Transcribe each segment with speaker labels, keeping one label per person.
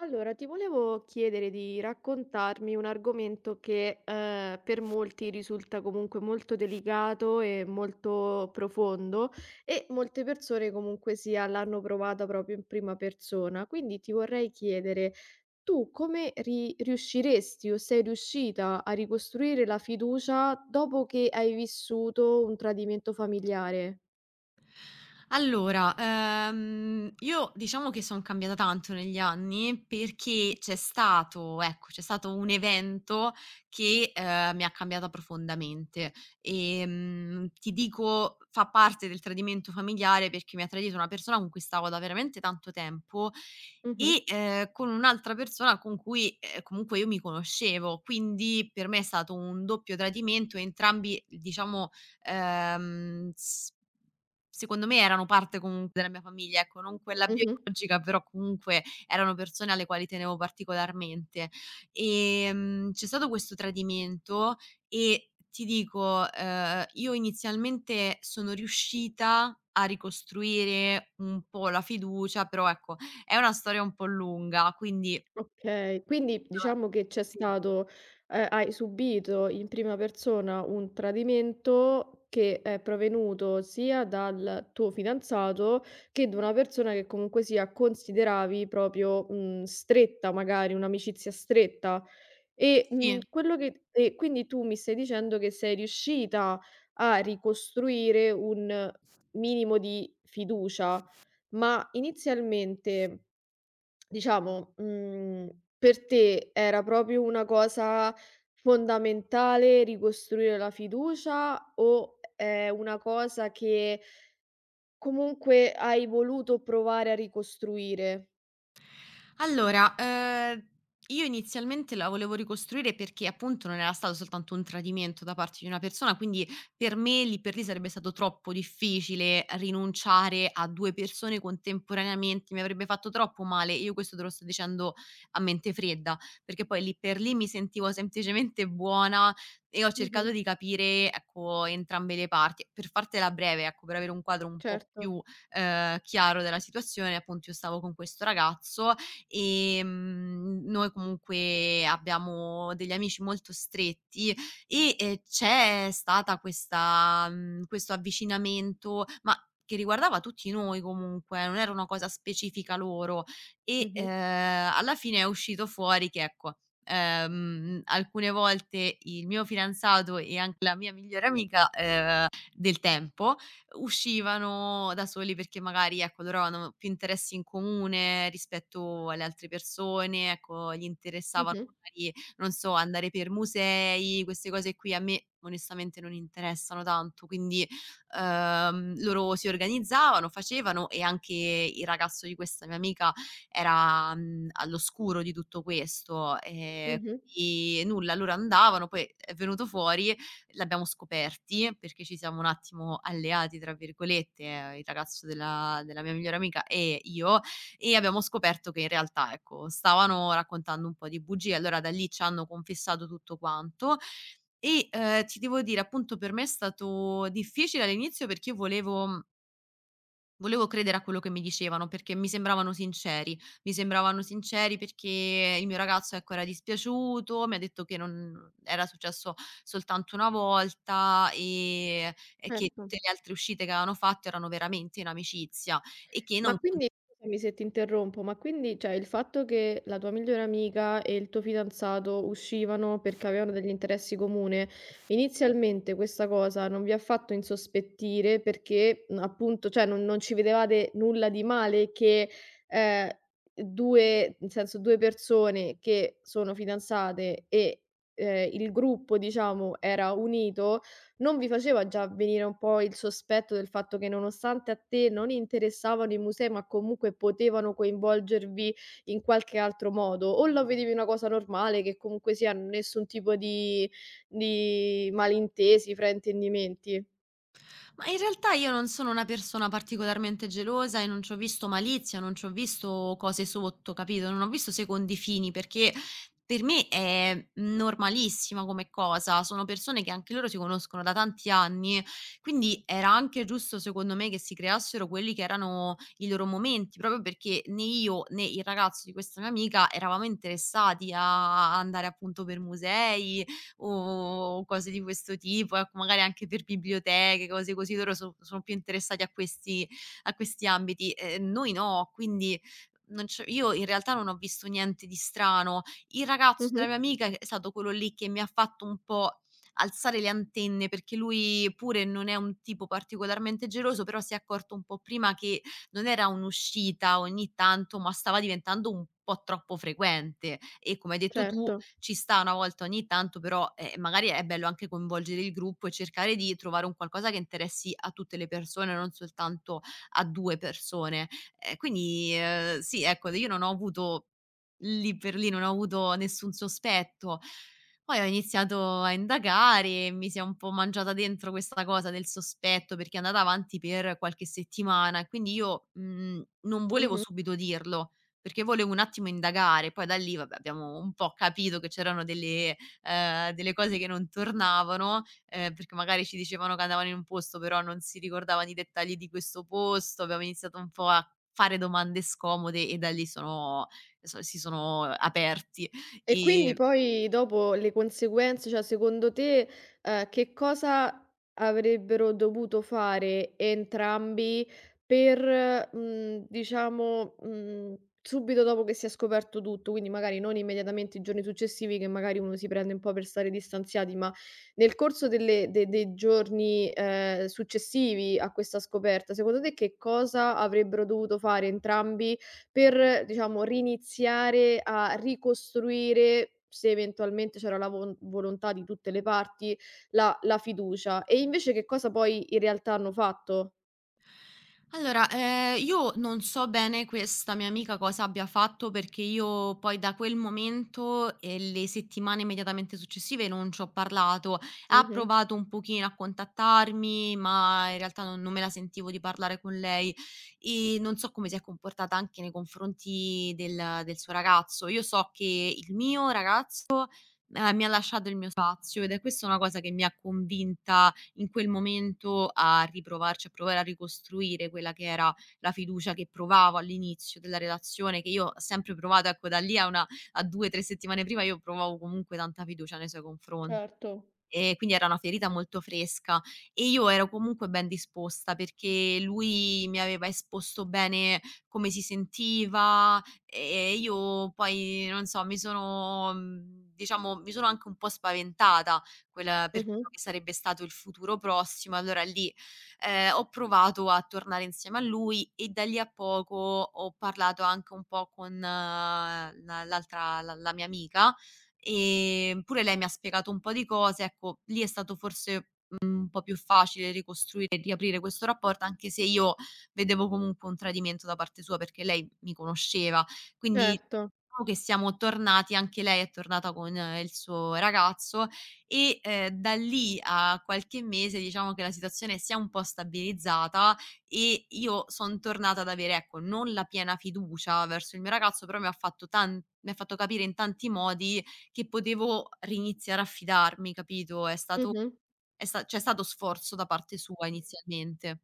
Speaker 1: Allora, ti volevo chiedere di raccontarmi un argomento che per molti risulta comunque molto delicato e molto profondo e molte persone comunque sia l'hanno provato proprio in prima persona. Quindi ti vorrei chiedere, tu come riusciresti o sei riuscita a ricostruire la fiducia dopo che hai vissuto un tradimento familiare?
Speaker 2: Allora, io diciamo che son cambiata tanto negli anni perché c'è stato ecco, c'è stato un evento che, mi ha cambiata profondamente. Ti dico, fa parte del tradimento familiare perché mi ha tradito una persona con cui stavo da veramente tanto tempo
Speaker 1: Mhm,
Speaker 2: e, con un'altra persona con cui, comunque io mi conoscevo. Quindi per me è stato un doppio tradimento, entrambi diciamo. S Secondo me erano parte comunque della mia famiglia, ecco, non quella
Speaker 1: mhm.
Speaker 2: biologica, però comunque erano persone alle quali tenevo particolarmente. C'è stato questo tradimento e ti dico, io inizialmente sono riuscita a ricostruire un po' la fiducia, però ecco, è una storia un po' lunga, quindi
Speaker 1: Okay, quindi diciamo che c'è
Speaker 2: sì,
Speaker 1: stato hai subito in prima persona un tradimento che è provenuto sia dal tuo fidanzato che da una persona che comunque sia consideravi proprio, stretta magari, un'amicizia stretta. E,
Speaker 2: sì.
Speaker 1: quello che quindi tu mi stai dicendo che sei riuscita a ricostruire un minimo di fiducia, ma inizialmente diciamo, per te era proprio una cosa fondamentale ricostruire la fiducia o è una cosa che comunque hai voluto provare a ricostruire?
Speaker 2: Allora, io inizialmente la volevo ricostruire perché appunto non era stato soltanto un tradimento da parte di una persona, quindi per me lì per lì sarebbe stato troppo difficile rinunciare a 2 persone contemporaneamente, mi avrebbe fatto troppo male. Io questo te lo sto dicendo a mente fredda, perché poi lì per lì mi sentivo semplicemente buona e ho
Speaker 1: Mh-mh.
Speaker 2: cercato di capire, ecco, entrambe le parti. Per fartela breve, ecco, per avere un quadro un po'
Speaker 1: Certo.
Speaker 2: più chiaro della situazione, appunto io stavo con questo ragazzo. Noi comunque abbiamo degli amici molto stretti e, c'è stata questo avvicinamento, ma che riguardava tutti noi comunque, non era una cosa specifica loro. E,
Speaker 1: Mh-mh.
Speaker 2: alla fine è uscito fuori che ecco, alcune volte il mio fidanzato e anche la mia migliore amica, del tempo, uscivano da soli perché magari, ecco, loro avevano più interessi in comune rispetto alle altre persone, ecco, gli interessavano
Speaker 1: Mh-mh.
Speaker 2: magari, non so, andare per musei, queste cose qui a me onestamente non interessano tanto. Quindi loro si organizzavano, facevano, e anche il ragazzo di questa mia amica era all'oscuro di tutto questo.
Speaker 1: Mh-mh.
Speaker 2: Quindi nulla, loro andavano, poi è venuto fuori. L'abbiamo scoperti perché ci siamo un attimo "alleati" tra virgolette, il ragazzo della mia migliore amica e io, e abbiamo scoperto che in realtà, ecco, stavano raccontando un po' di bugie. Allora da lì ci hanno confessato tutto quanto e, ti devo dire appunto per me è stato difficile all'inizio perché io volevo credere a quello che mi dicevano, perché mi sembravano sinceri. Mi sembravano sinceri perché il mio ragazzo, ecco, era dispiaciuto, mi ha detto che non era successo soltanto una volta, e che
Speaker 1: Certo.
Speaker 2: tutte le altre uscite che avevano fatto erano veramente in amicizia, e che non
Speaker 1: Ma
Speaker 2: con.
Speaker 1: quindi scusami se ti interrompo, ma quindi, cioè, il fatto che la tua migliore amica e il tuo fidanzato uscivano perché avevano degli interessi comune, inizialmente questa cosa non vi ha fatto insospettire perché, appunto, cioè, non ci vedevate nulla di male che, ehm, 2 nel senso 2 persone che sono fidanzate e, il gruppo diciamo era unito non vi faceva già venire un po' il sospetto del fatto che nonostante a te non interessavano i musei, ma comunque potevano coinvolgervi in qualche altro modo? O la vedevi una cosa normale che comunque sia nessun tipo di malintesi, fraintendimenti?
Speaker 2: Ma in realtà io non sono una persona particolarmente gelosa e non c'ho visto malizia, non c'ho visto cose sotto, capito? Non ho visto secondi fini perché per me è normalissima come cosa. Sono persone che anche loro si conoscono da tanti anni, quindi era anche giusto secondo me che si creassero quelli che erano i loro momenti, proprio perché né io né il ragazzo di questa mia amica eravamo interessati a andare appunto per musei, o cose di questo tipo, ecco, magari anche per biblioteche, cose così. Loro sono più interessati a questi ambiti, noi no, quindi non c'è io in realtà non ho visto niente di strano. Il ragazzo
Speaker 1: Mh-mh,
Speaker 2: della mia amica è stato quello lì che mi ha fatto un po' alzare le antenne, perché lui pure non è un tipo particolarmente geloso, però si è accorto un po' prima che non era un'uscita ogni tanto, ma stava diventando un po' troppo frequente, e come hai detto tu
Speaker 1: certo.
Speaker 2: ci sta una volta ogni tanto, però magari è bello anche coinvolgere il gruppo e cercare di trovare un qualcosa che interessi a tutte le persone, non soltanto a 2 persone. Quindi, sì, ecco, io non ho avuto lì per lì non ho avuto nessun sospetto. Poi ho iniziato a indagare e mi si è un po' mangiata dentro questa cosa del sospetto, perché è andata avanti per qualche settimana e quindi io non volevo
Speaker 1: Mh-mh.
Speaker 2: subito dirlo. Perché volevo un attimo indagare, poi da lì vabbè abbiamo un po' capito che c'erano delle delle cose che non tornavano, perché magari ci dicevano che andavano in un posto, però non si ricordavano i dettagli di questo posto. Abbiamo iniziato un po' a fare domande scomode e da lì sono so si sono aperti.
Speaker 1: E quindi
Speaker 2: Ehm
Speaker 1: poi dopo le conseguenze, cioè secondo te, che cosa avrebbero dovuto fare entrambi per, diciamo, subito dopo che si è scoperto tutto, quindi magari non immediatamente i giorni successivi che magari uno si prende un po' per stare distanziati, ma nel corso delle de dei giorni, successivi a questa scoperta, secondo te che cosa avrebbero dovuto fare entrambi per, diciamo, riniziare a ricostruire, se eventualmente c'era la von volontà di tutte le parti, la fiducia. E invece che cosa poi in realtà hanno fatto?
Speaker 2: Allora, io non so bene questa mia amica cosa abbia fatto, perché io poi da quel momento e le settimane immediatamente successive non ci ho parlato. Ha
Speaker 1: Mh-mh.
Speaker 2: provato un pochino a contattarmi, ma in realtà non me la sentivo di parlare con lei, e non so come si è comportata anche nei confronti del suo ragazzo. Io so che il mio ragazzo mi ha lasciato il mio spazio, ed è questa una cosa che mi ha convinta in quel momento a riprovarci, a provare a ricostruire quella che era la fiducia che provavo all'inizio della relazione, che io ho sempre provato. Ecco, da lì a una a 2, 3 settimane prima io provavo comunque tanta fiducia nei suoi confronti.
Speaker 1: Certo.
Speaker 2: Quindi era una ferita molto fresca, e io ero comunque ben disposta perché lui mi aveva esposto bene come si sentiva, e io poi non so, mi sono diciamo mi sono anche un po' spaventata quel per
Speaker 1: Mh-mh.
Speaker 2: quello che sarebbe stato il futuro prossimo. Allora lì ho provato a tornare insieme a lui, e da lì a poco ho parlato anche un po' con la l'altra la la mia amica. Pure lei mi ha spiegato un po' di cose, ecco, lì è stato forse un po' più facile ricostruire e riaprire questo rapporto, anche se io vedevo comunque un tradimento da parte sua, perché lei mi conosceva. Quindi
Speaker 1: Certo.
Speaker 2: diciamo che siamo tornati, anche lei è tornata con il suo ragazzo, e da lì a qualche mese diciamo che la situazione si è un po' stabilizzata e io son tornata ad avere, ecco, non la piena fiducia verso il mio ragazzo, però mi ha fatto capire in tanti modi che potevo riniziare a fidarmi, capito? È stato
Speaker 1: Mh-mh.
Speaker 2: è sta c'è stato sforzo da parte sua inizialmente.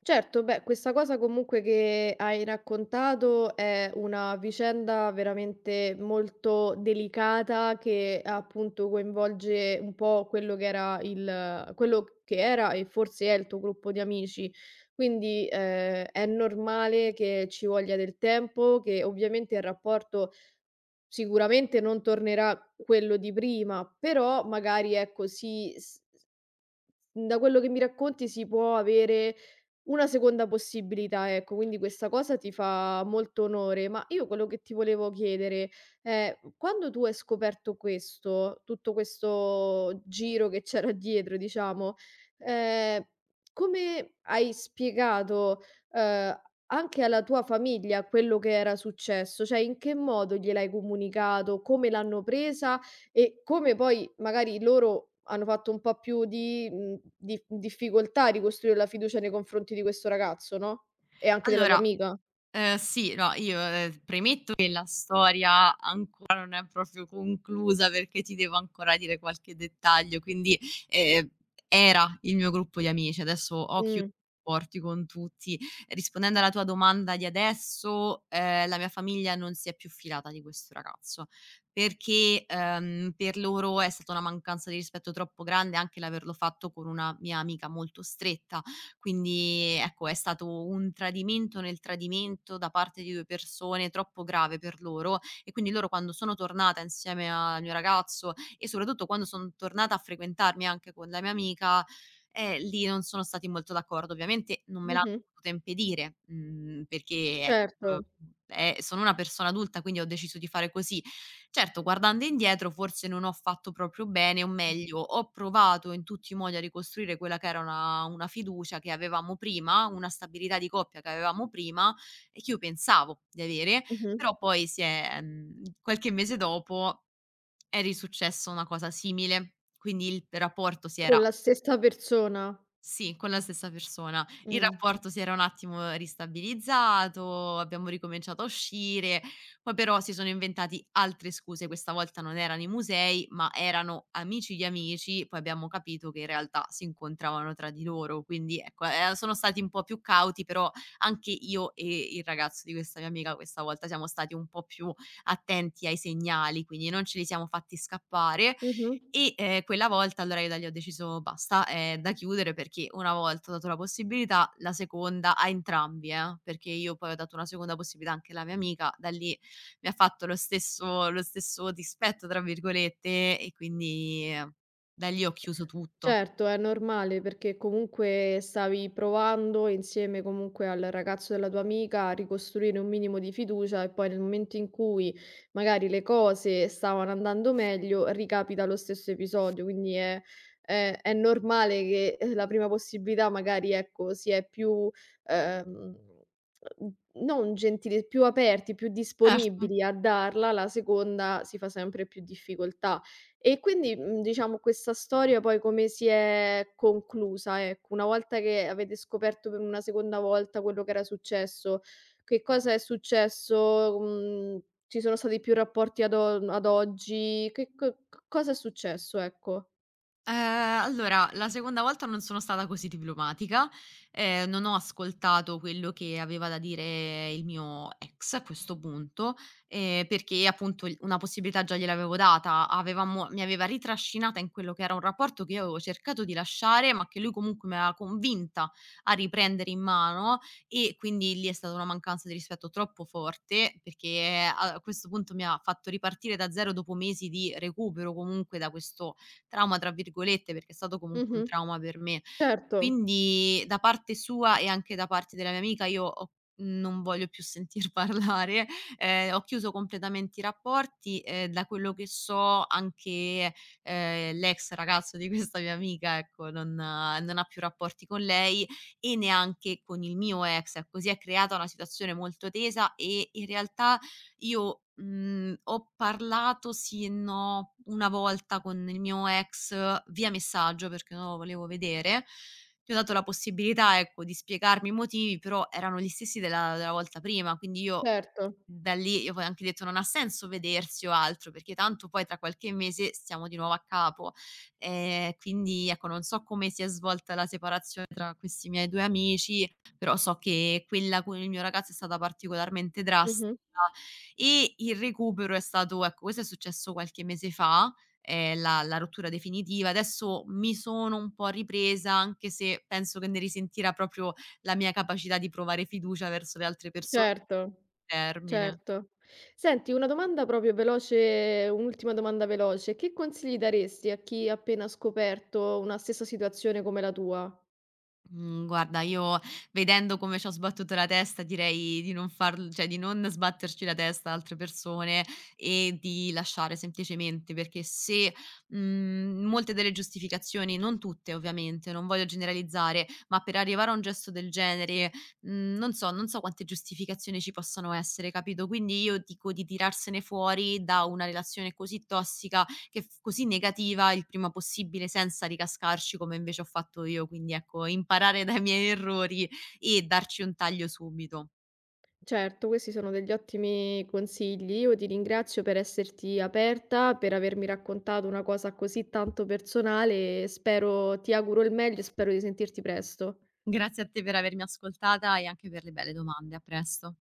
Speaker 1: Certo, beh, questa cosa comunque che hai raccontato è una vicenda veramente molto delicata che appunto coinvolge un po' quello che era il, quello che era e forse è il tuo gruppo di amici. Quindi è normale che ci voglia del tempo, che ovviamente il rapporto sicuramente non tornerà quello di prima, però magari ecco si mhmm, da quello che mi racconti si può avere una seconda possibilità, ecco, quindi questa cosa ti fa molto onore. Ma io quello che ti volevo chiedere è, quando tu hai scoperto questo, tutto questo giro che c'era dietro, diciamo, ehm, come hai spiegato, ehm, anche alla tua famiglia quello che era successo? Cioè, in che modo gliel'hai comunicato? Come l'hanno presa? E come poi magari loro hanno fatto un po' più di di difficoltà a ricostruire la fiducia nei confronti di questo ragazzo, no, e anche della tua
Speaker 2: Allora,
Speaker 1: amica.
Speaker 2: Sì, no, io, premetto che la storia ancora non è proprio conclusa, perché ti devo ancora dire qualche dettaglio. Quindi ehm, era il mio gruppo di amici, adesso ho chiuso
Speaker 1: Mh.
Speaker 2: i rapporti con tutti. Rispondendo alla tua domanda di adesso, la mia famiglia non si è più fidata di questo ragazzo, perché per loro è stata una mancanza di rispetto troppo grande anche l'averlo fatto con una mia amica molto stretta. Quindi ecco, è stato un tradimento nel tradimento da parte di 2 persone, troppo grave per loro, e quindi loro quando sono tornata insieme al mio ragazzo, e soprattutto quando son tornata a frequentarmi anche con la mia amica, lì non sono stati molto d'accordo. Ovviamente non me l'hanno
Speaker 1: Mh-mh.
Speaker 2: potuta impedire, perché ecco,
Speaker 1: Certo.
Speaker 2: sono una persona adulta, quindi ho deciso di fare così. Certo, guardando indietro forse non ho fatto proprio bene, o meglio, ho provato in tutti i modi a ricostruire quella che era una fiducia che avevamo prima, una stabilità di coppia che avevamo prima e che io pensavo di avere,
Speaker 1: Mh-mh.
Speaker 2: però poi si è qualche mese dopo è risuccessa una cosa simile, quindi il rapporto si
Speaker 1: Con
Speaker 2: era.
Speaker 1: la stessa persona.
Speaker 2: Sì, con la stessa persona. Il
Speaker 1: Mh.
Speaker 2: rapporto si era un attimo ristabilizzato, abbiamo ricominciato a uscire, poi però si sono inventati altre scuse, questa volta non erano i musei, ma erano amici di amici, poi abbiamo capito che in realtà si incontravano tra di loro, quindi ecco, sono stati un po' più cauti, però anche io e il ragazzo di questa mia amica questa volta siamo stati un po' più attenti ai segnali, quindi non ce li siamo fatti scappare.
Speaker 1: Mh-mh.
Speaker 2: E quella volta allora io da lì ho deciso: "Basta, è da chiudere", perché una volta ho dato la possibilità, la seconda a entrambi, perché io poi ho dato una seconda possibilità anche alla mia amica, da lì mi ha fatto lo stesso "dispetto" tra virgolette, e quindi da lì ho chiuso tutto.
Speaker 1: Certo, è normale perché comunque stavi provando insieme comunque al ragazzo della tua amica a ricostruire un minimo di fiducia e poi nel momento in cui magari le cose stavano andando meglio, ricapita lo stesso episodio, quindi è, è normale che la prima possibilità magari ecco, si è più, ehm, non gentili, più aperti, più
Speaker 2: Certo.
Speaker 1: disponibili a darla, la seconda si fa sempre più difficoltà. E quindi, diciamo questa storia poi come si è conclusa, ecco? Una volta che avete scoperto per una seconda volta quello che era successo, che cosa è successo? Mhmm, ci sono stati più rapporti ad o ad oggi? Che co c cosa è successo, ecco?
Speaker 2: Allora, la seconda volta non sono stata così diplomatica, non ho ascoltato quello che aveva da dire il mio ex a questo punto, perché appunto il una possibilità già gliel'avevo data, avevamo mi aveva ritrascinata in quello che era un rapporto che io avevo cercato di lasciare, ma che lui comunque mi aveva convinta a riprendere in mano, e quindi lì è stata una mancanza di rispetto troppo forte, perché a questo punto mi ha fatto ripartire da zero dopo mesi di recupero comunque da questo "trauma" tra virgolette, perché è stato comunque un
Speaker 1: Mh-mh.
Speaker 2: trauma per me.
Speaker 1: Certo,
Speaker 2: Quindi da parte sua e anche da parte della mia amica io ho non voglio più sentir parlare, ho chiuso completamente i rapporti, da quello che so anche l'ex ragazzo di questa mia amica, ecco, non ha più rapporti con lei e neanche con il mio ex, ecco. Si è creata una situazione molto tesa, e in realtà io ho parlato sì e no una volta con il mio ex via messaggio perché non lo volevo vedere. Gli ho dato la possibilità, ecco, di spiegarmi i motivi, però erano gli stessi della volta prima, quindi io
Speaker 1: certo.
Speaker 2: da lì io poi ho anche detto: "Non ha senso vedersi o altro, perché tanto poi tra qualche mese siamo di nuovo a capo". Quindi ecco, non so come si è svolta la separazione tra questi miei 2 amici, però so che quella con il mio ragazzo è stata particolarmente drastica,
Speaker 1: Mh-mh.
Speaker 2: e il recupero è stato, ecco, questo è successo qualche mese fa, la rottura definitiva. Adesso mi sono un po' ripresa, anche se penso che ne risentirà proprio la mia capacità di provare fiducia verso le altre persone a
Speaker 1: Certo,
Speaker 2: termine.
Speaker 1: certo. Senti, una domanda proprio veloce un'ultima domanda veloce: che consigli daresti a chi ha appena scoperto una stessa situazione come la tua?
Speaker 2: Mhmm, guarda io vedendo come c'ho sbattuto la testa direi di non farl cioè di non sbatterci la testa ad altre persone, e di lasciare semplicemente, perché se molte delle giustificazioni, non tutte ovviamente, non voglio generalizzare, ma per arrivare a un gesto del genere, non so quante giustificazioni ci possano essere, capito? Quindi io dico di tirarsene fuori da una relazione così tossica che f così negativa il prima possibile senza ricascarci come invece ho fatto io. Quindi ecco, imparare dai miei errori e darci un taglio subito.
Speaker 1: Certo, questi sono degli ottimi consigli. Io ti ringrazio per esserti aperta, per avermi raccontato una cosa così tanto personale. Spero, ti auguro il meglio e spero di sentirti presto.
Speaker 2: Grazie a te per avermi ascoltata e anche per le belle domande. A presto.